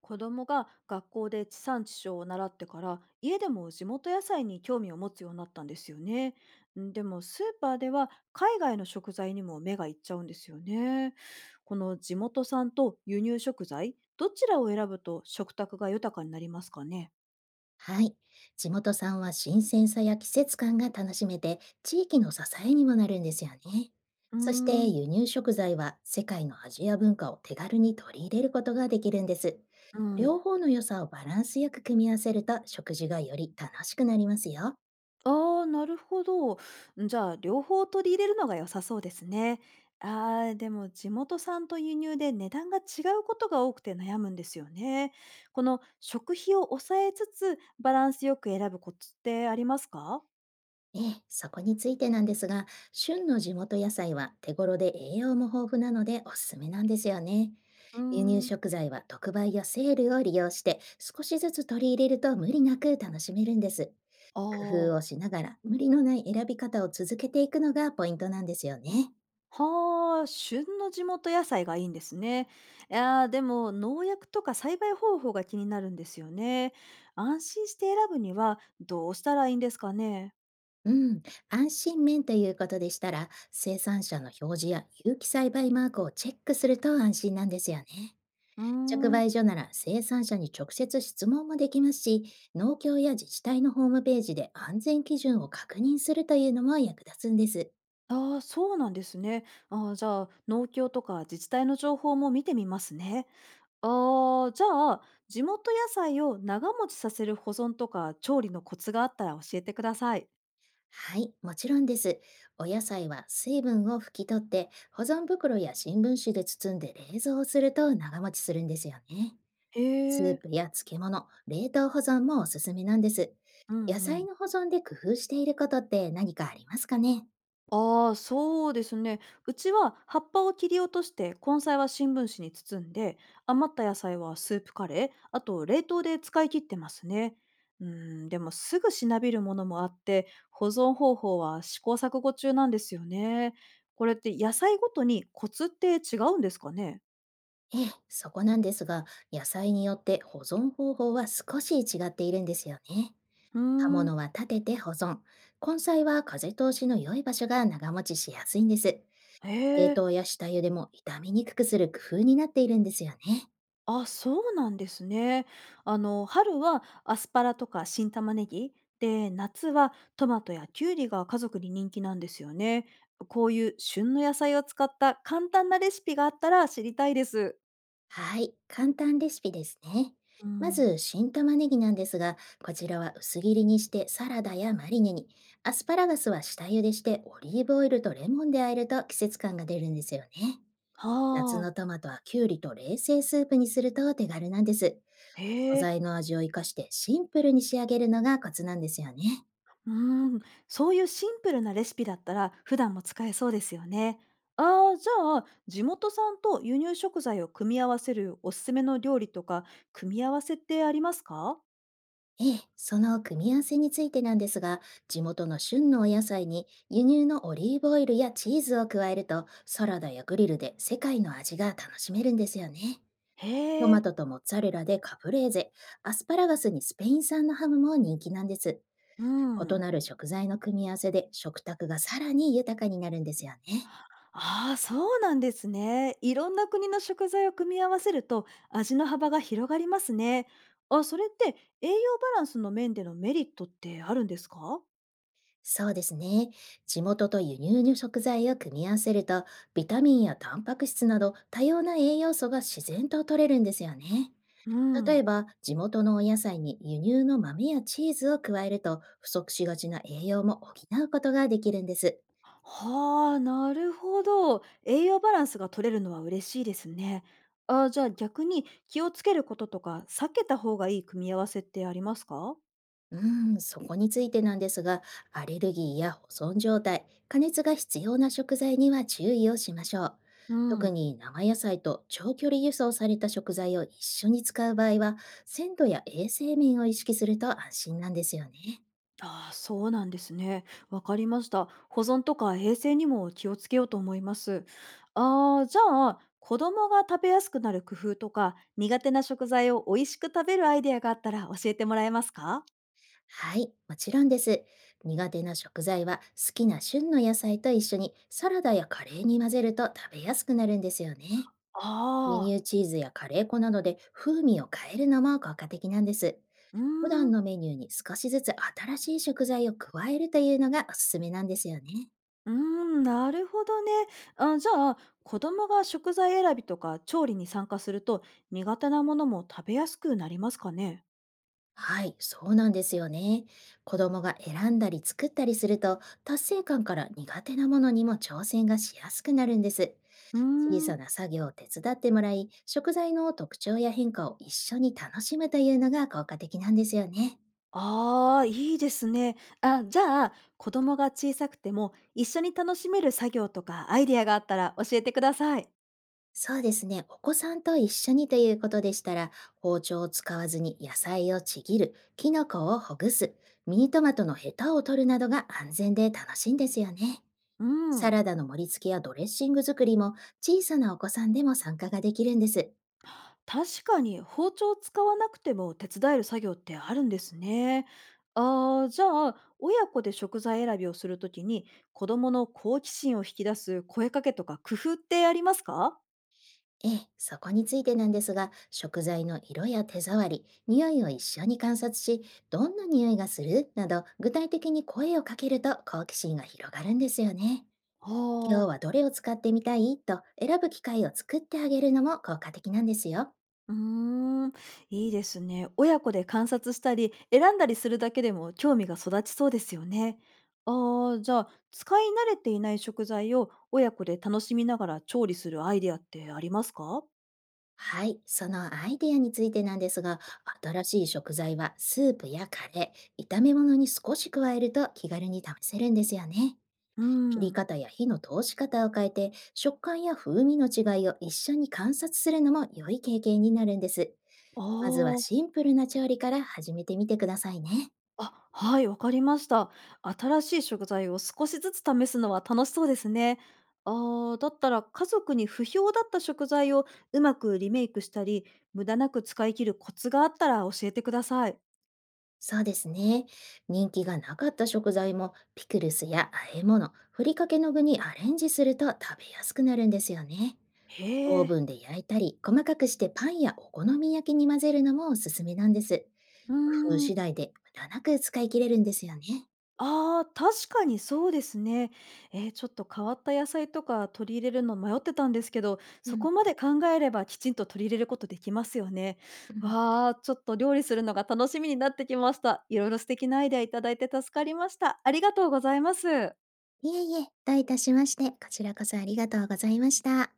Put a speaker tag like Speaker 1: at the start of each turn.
Speaker 1: 子供が学校で地産地消を習ってから家でも地元野菜に興味を持つようになったんですよね。んでもスーパーでは海外の食材にも目がいっちゃうんですよね。この地元産と輸入食材どちらを選ぶと食卓が豊かになりますかね？
Speaker 2: はい。地元産は新鮮さや季節感が楽しめて、地域の支えにもなるんですよね。
Speaker 1: うー
Speaker 2: そして
Speaker 1: ん。
Speaker 2: 輸入食材は世界の味や文化を手軽に取り入れることができるんです。
Speaker 1: う
Speaker 2: 両
Speaker 1: ん。
Speaker 2: 方の良さをバランスよく組み合わせると食事がより楽しくなりますよ。
Speaker 1: ああ、なるほど。んじゃあ、両方取り入れるのが良さそうですね。ああ、でも地元産と輸入で値段が違うことが多くて悩むんですよね。この食費を抑えつつバランスよく選ぶコツってありますか？
Speaker 2: ええ、そこについてなんですが、旬の地元野菜は手頃で栄養も豊富なのでおすすめなんですよね。
Speaker 1: うー
Speaker 2: 輸入
Speaker 1: ん、
Speaker 2: 食材は特売やセールを利用して少しずつ取り入れると無理なく楽しめるんです。
Speaker 1: あ
Speaker 2: 工夫
Speaker 1: あ、
Speaker 2: をしながら無理のない選び方を続けていくのがポイントなんですよね。
Speaker 1: はあ、旬の地元野菜がいいんですね。いやーでも農薬とか栽培方法が気になるんですよね。安心して選ぶにはどうしたらいいんですかね。
Speaker 2: うん、安心面ということでしたら、生産者の表示や有機栽培マークをチェックすると安心なんですよね。
Speaker 1: うー
Speaker 2: 直売
Speaker 1: ん。
Speaker 2: 所なら生産者に直接質問もできますし、農協や自治体のホームページで安全基準を確認するというのも役立つんです。
Speaker 1: ああ、そうなんですね。ああ、じゃあ、農協とか自治体の情報も見てみますね。ああ、じゃあ、地元野菜を長持ちさせる保存とか調理のコツがあったら教えてください。
Speaker 2: はい、もちろんです。お野菜は水分を拭き取って、保存袋や新聞紙で包んで冷蔵すると長持ちするんですよね。
Speaker 1: へ
Speaker 2: スー
Speaker 1: え、
Speaker 2: プや漬物、冷凍保存もおすすめなんです。
Speaker 1: うんう
Speaker 2: 野菜
Speaker 1: ん。
Speaker 2: の保存で工夫していることって何かありますかね。
Speaker 1: ああ、そうですね。うちは葉っぱを切り落として根菜は新聞紙に包んで、余った野菜はスープカレー、あと冷凍で使い切ってますね。うんでもすぐしなびるものもあって保存方法は試行錯誤中なんですよね。これって野菜ごとにコツって違うんですかね？
Speaker 2: ええ、そこなんですが、野菜によって保存方法は少し違っているんですよね。
Speaker 1: うー
Speaker 2: 葉
Speaker 1: ん。
Speaker 2: 物は立てて保存。根菜は風通しの良い場所が長持ちしやすいんです。
Speaker 1: へ
Speaker 2: 冷
Speaker 1: え。
Speaker 2: 凍や下茹でも傷みにくくする工夫になっているんですよね。
Speaker 1: あ、そうなんですね。あの、春はアスパラとか新玉ねぎ、で、夏はトマトやキュウリが家族に人気なんですよね。こういう旬の野菜を使った簡単なレシピがあったら知りたいです。
Speaker 2: はい、簡単レシピですね。
Speaker 1: う
Speaker 2: ま
Speaker 1: ん。
Speaker 2: ず、新玉ねぎなんですが、こちらは薄切りにしてサラダやマリネに、アスパラガスは下茹でしてオリーブオイルとレモンで和えると季節感が出るんですよね。
Speaker 1: は
Speaker 2: 夏の
Speaker 1: あ、
Speaker 2: トマトはきゅうりと冷製スープにすると手軽なんです。
Speaker 1: へ
Speaker 2: 素
Speaker 1: え。
Speaker 2: 材の味を生かしてシンプルに仕上げるのがコツなんですよね。
Speaker 1: うーん、そういうシンプルなレシピだったら普段も使えそうですよね。ああ、じゃあ、地元産と輸入食材を組み合わせるおすすめの料理とか、組み合わせってありますか？
Speaker 2: ええ、その組み合わせについてなんですが、地元の旬のお野菜に輸入のオリーブオイルやチーズを加えると、サラダやグリルで世界の味が楽しめるんですよね。ト
Speaker 1: へえ。
Speaker 2: マトとモッツァレラでカプレーゼ、アスパラガスにスペイン産のハムも人気なんです。
Speaker 1: う
Speaker 2: 異
Speaker 1: ん。
Speaker 2: なる食材の組み合わせで食卓がさらに豊かになるんですよね。
Speaker 1: ああ、そうなんですね。いろんな国の食材を組み合わせると味の幅が広がりますね。あ、それって栄養バランスの面でのメリットってあるんですか？
Speaker 2: そうですね。地元と輸入の食材を組み合わせると、ビタミンやタンパク質など多様な栄養素が自然と取れるんですよね。
Speaker 1: う
Speaker 2: 例え
Speaker 1: ん。
Speaker 2: ば、地元のお野菜に輸入の豆やチーズを加えると、不足しがちな栄養も補うことができるんです。
Speaker 1: はあ、なるほど。栄養バランスが取れるのは嬉しいですね。あ、じゃあ逆に気をつけることとか避けた方がいい組み合わせってありますか？
Speaker 2: うーん、そこについてなんですが、アレルギーや保存状態、加熱が必要な食材には注意をしましょう。
Speaker 1: う
Speaker 2: 特
Speaker 1: ん。
Speaker 2: に生野菜と長距離輸送された食材を一緒に使う場合は、鮮度や衛生面を意識すると安心なんですよね。
Speaker 1: ああ、そうなんですね。わかりました。保存とか衛生にも気をつけようと思います。ああ、じゃあ、子供が食べやすくなる工夫とか、苦手な食材を美味しく食べるアイデアがあったら教えてもらえますか？
Speaker 2: はい、もちろんです。苦手な食材は好きな旬の野菜と一緒にサラダやカレーに混ぜると食べやすくなるんですよね。
Speaker 1: あ
Speaker 2: 輸
Speaker 1: あ、
Speaker 2: 入チーズやカレー粉などで風味を変えるのも効果的なんです。
Speaker 1: うー
Speaker 2: 普段
Speaker 1: ん、
Speaker 2: のメニューに少しずつ新しい食材を加えるというのがおすすめなんですよね。
Speaker 1: うーん、なるほどね。あ、じゃあ、子供が食材選びとか調理に参加すると、苦手なものも食べやすくなりますかね？
Speaker 2: はい、そうなんですよね。子供が選んだり作ったりすると、達成感から苦手なものにも挑戦がしやすくなるんです。
Speaker 1: うー
Speaker 2: 小
Speaker 1: ん。
Speaker 2: さな作業を手伝ってもらい、食材の特徴や変化を一緒に楽しむというのが効果的なんですよね。
Speaker 1: ああ、いいですね。あ、じゃあ、子供が小さくても一緒に楽しめる作業とかアイデアがあったら教えてください。
Speaker 2: そうですね。お子さんと一緒にということでしたら、包丁を使わずに野菜をちぎる、キノコをほぐす、ミニトマトのヘタを取るなどが安全で楽しいんですよね。
Speaker 1: う
Speaker 2: サ
Speaker 1: ん。
Speaker 2: ラダの盛り付けやドレッシング作りも小さなお子さんでも参加ができるんです。
Speaker 1: 確かに包丁を使わなくても手伝える作業ってあるんですね。ああ、じゃあ、親子で食材選びをするときに子供の好奇心を引き出す声かけとか工夫ってありますか？
Speaker 2: ええ、そこについてなんですが、食材の色や手触り、匂いを一緒に観察し、どんな匂いがするなど、具体的に声をかけると好奇心が広がるんですよね。
Speaker 1: あ
Speaker 2: 今日
Speaker 1: あー。
Speaker 2: はどれを使ってみたいと選ぶ機会を作ってあげるのも効果的なんですよ。
Speaker 1: うーん、いいですね。親子で観察したり、選んだりするだけでも興味が育ちそうですよね。ああ、じゃあ、使い慣れていない食材を親子で楽しみながら調理するアイデアってありますか？
Speaker 2: はい、そのアイデアについてなんですが、新しい食材はスープやカレー、炒め物に少し加えると気軽に試せるんですよね。
Speaker 1: う
Speaker 2: 切り
Speaker 1: ん。
Speaker 2: 方や火の通し方を変えて、食感や風味の違いを一緒に観察するのも良い経験になるんです。まずは
Speaker 1: ああ、
Speaker 2: シンプルな調理から始めてみてくださいね。
Speaker 1: あ、はい、わかりました。新しい食材を少しずつ試すのは楽しそうですね。ああ、だったら家族に不評だった食材をうまくリメイクしたり、無駄なく使い切るコツがあったら教えてください。
Speaker 2: そうですね。人気がなかった食材もピクルスや和え物、ふりかけの具にアレンジすると食べやすくなるんですよね。オ
Speaker 1: へ
Speaker 2: ー
Speaker 1: え。
Speaker 2: ブンで焼いたり、細かくしてパンやお好み焼きに混ぜるのもおすすめなんです。
Speaker 1: うー
Speaker 2: 工夫
Speaker 1: ん、
Speaker 2: 次第で無駄なく使い切れるんですよね。
Speaker 1: ああ、確かにそうですね。ちょっと変わった野菜とか取り入れるの迷ってたんですけど、
Speaker 2: う
Speaker 1: そ
Speaker 2: ん。
Speaker 1: こまで考えればきちんと取り入れることできますよね。
Speaker 2: うん。
Speaker 1: わあ、ちょっと料理するのが楽しみになってきました。いろいろ素敵なアイデアいただいて助かりました。ありがとうございます。
Speaker 2: いえいえ、どういたしまして、こちらこそありがとうございました。